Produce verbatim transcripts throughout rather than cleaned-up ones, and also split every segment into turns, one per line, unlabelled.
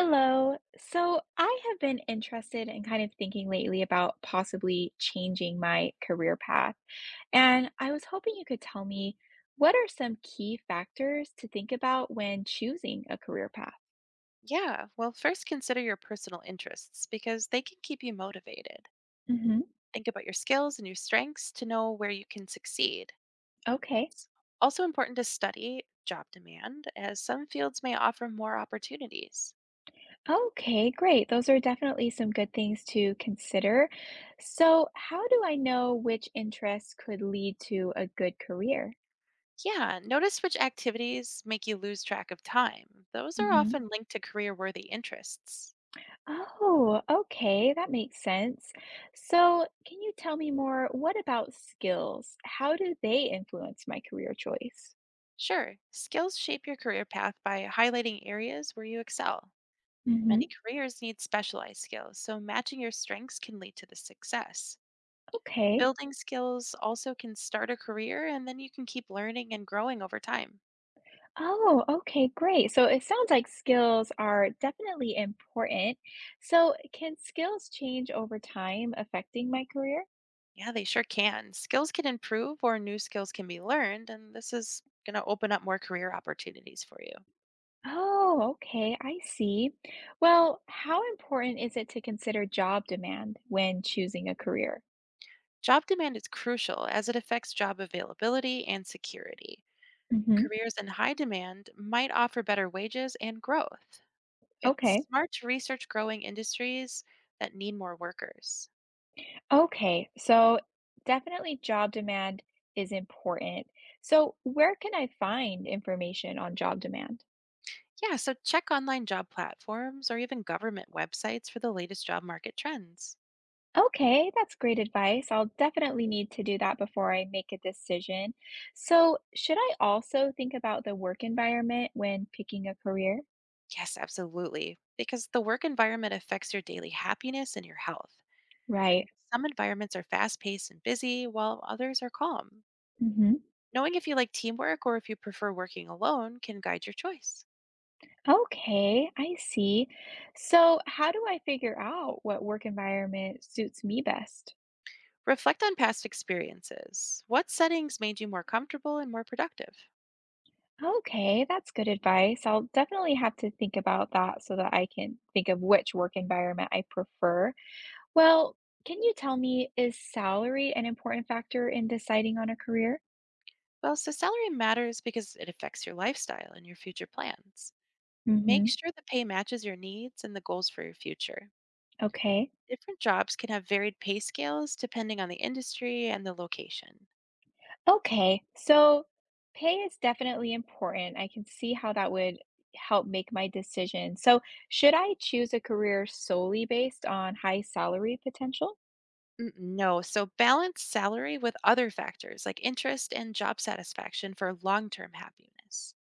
Hello. So I have been interested in kind of thinking lately about possibly changing my career path. And I was hoping you could tell me, what are some key factors to think about when choosing a career path?
Yeah, well, first consider your personal interests because they can keep you motivated.
Hmm.
Think about your skills and your strengths to know where you can succeed.
Okay.
It's also important to study job demand, as some fields may offer more opportunities.
Okay, great. Those are definitely some good things to consider. So, how do I know which interests could lead to a good career?
Yeah, notice which activities make you lose track of time. Those are often linked to career worthy interests.
Oh, okay, that makes sense. So, can you tell me more? What about skills? How do they influence my career choice?
Sure, skills shape your career path by highlighting areas where you excel.
Hmm.
Many careers need specialized skills, so matching your strengths can lead to the success.
Okay.
Building skills also can start a career, and then you can keep learning and growing over time.
Oh, okay, great. So it sounds like skills are definitely important. So can skills change over time, affecting my career?
Yeah, they sure can. Skills can improve or new skills can be learned, and this is going to open up more career opportunities for you.
Oh, okay, I see. Well, how important is it to consider job demand when choosing a career?
Job demand is crucial as it affects job availability and security.
Hmm.
Careers in high demand might offer better wages and growth.
Okay.
It's smart to research growing industries that need more workers.
Okay, so definitely job demand is important. So, where can I find information on job demand?
Yeah, so check online job platforms or even government websites for the latest job market trends.
Okay, that's great advice. I'll definitely need to do that before I make a decision. So, should I also think about the work environment when picking a career?
Yes, absolutely. Because the work environment affects your daily happiness and your health.
Right.
And some environments are fast paced and busy, while others are calm.
Hmm.
Knowing if you like teamwork or if you prefer working alone can guide your choice.
Okay, I see. So, how do I figure out what work environment suits me best?
Reflect on past experiences. What settings made you more comfortable and more productive?
Okay, that's good advice. I'll definitely have to think about that so that I can think of which work environment I prefer. Well, can you tell me, is salary an important factor in deciding on a career?
Well, so salary matters because it affects your lifestyle and your future plans. Make
Mm-hmm.
sure the pay matches your needs and the goals for your future.
Okay.
Different jobs can have varied pay scales depending on the industry and the location.
Okay. So pay is definitely important. I can see how that would help make my decision. So should I choose a career solely based on high salary potential?
Mm, No, so balance salary with other factors like interest and job satisfaction for long term happiness.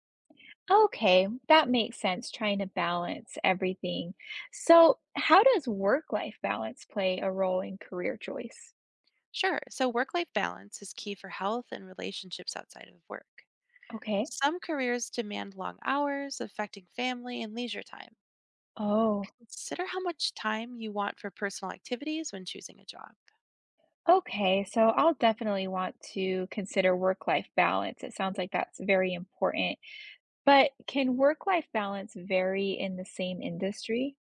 Okay, that makes sense, trying to balance everything. So, how does work-life balance play a role in career choice?
Sure, so work life balance is key for health and relationships outside of work.
Okay.
Some careers demand long hours, affecting family and leisure time.
Oh,
Consider how much time you want for personal activities when choosing a job.
okay. So, I'll definitely want to consider work-life balance. It sounds like that's very important. But can work-life balance vary in the same industry?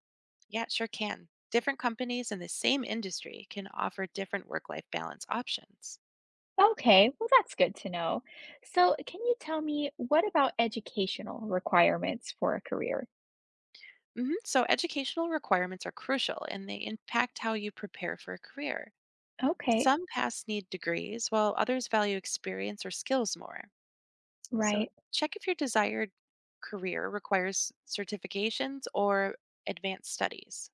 Yeah, it sure can. Different companies in the same industry can offer different work life balance options.
Okay, well, that's good to know. So, can you tell me, what about educational requirements for a career?
Mhm. So, educational requirements are crucial and they impact how you prepare for a career.
Okay,
Some paths need degrees, while others value experience or skills more. So,
right.
check if your desired career requires certifications or advanced studies.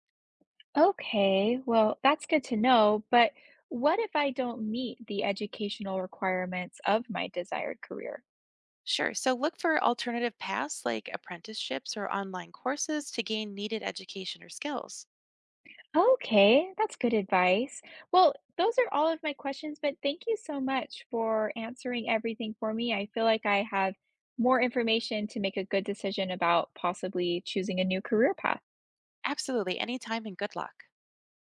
Okay, well, that's good to know, but what if I don't meet the educational requirements of my desired career?
Sure. So, look for alternative paths like apprenticeships or online courses to gain needed education or skills.
Okay, that's good advice. Well, those are all of my questions, but thank you so much for answering everything for me. I feel like I have more information to make a good decision about possibly choosing a new career path.
Absolutely. Anytime, and good luck.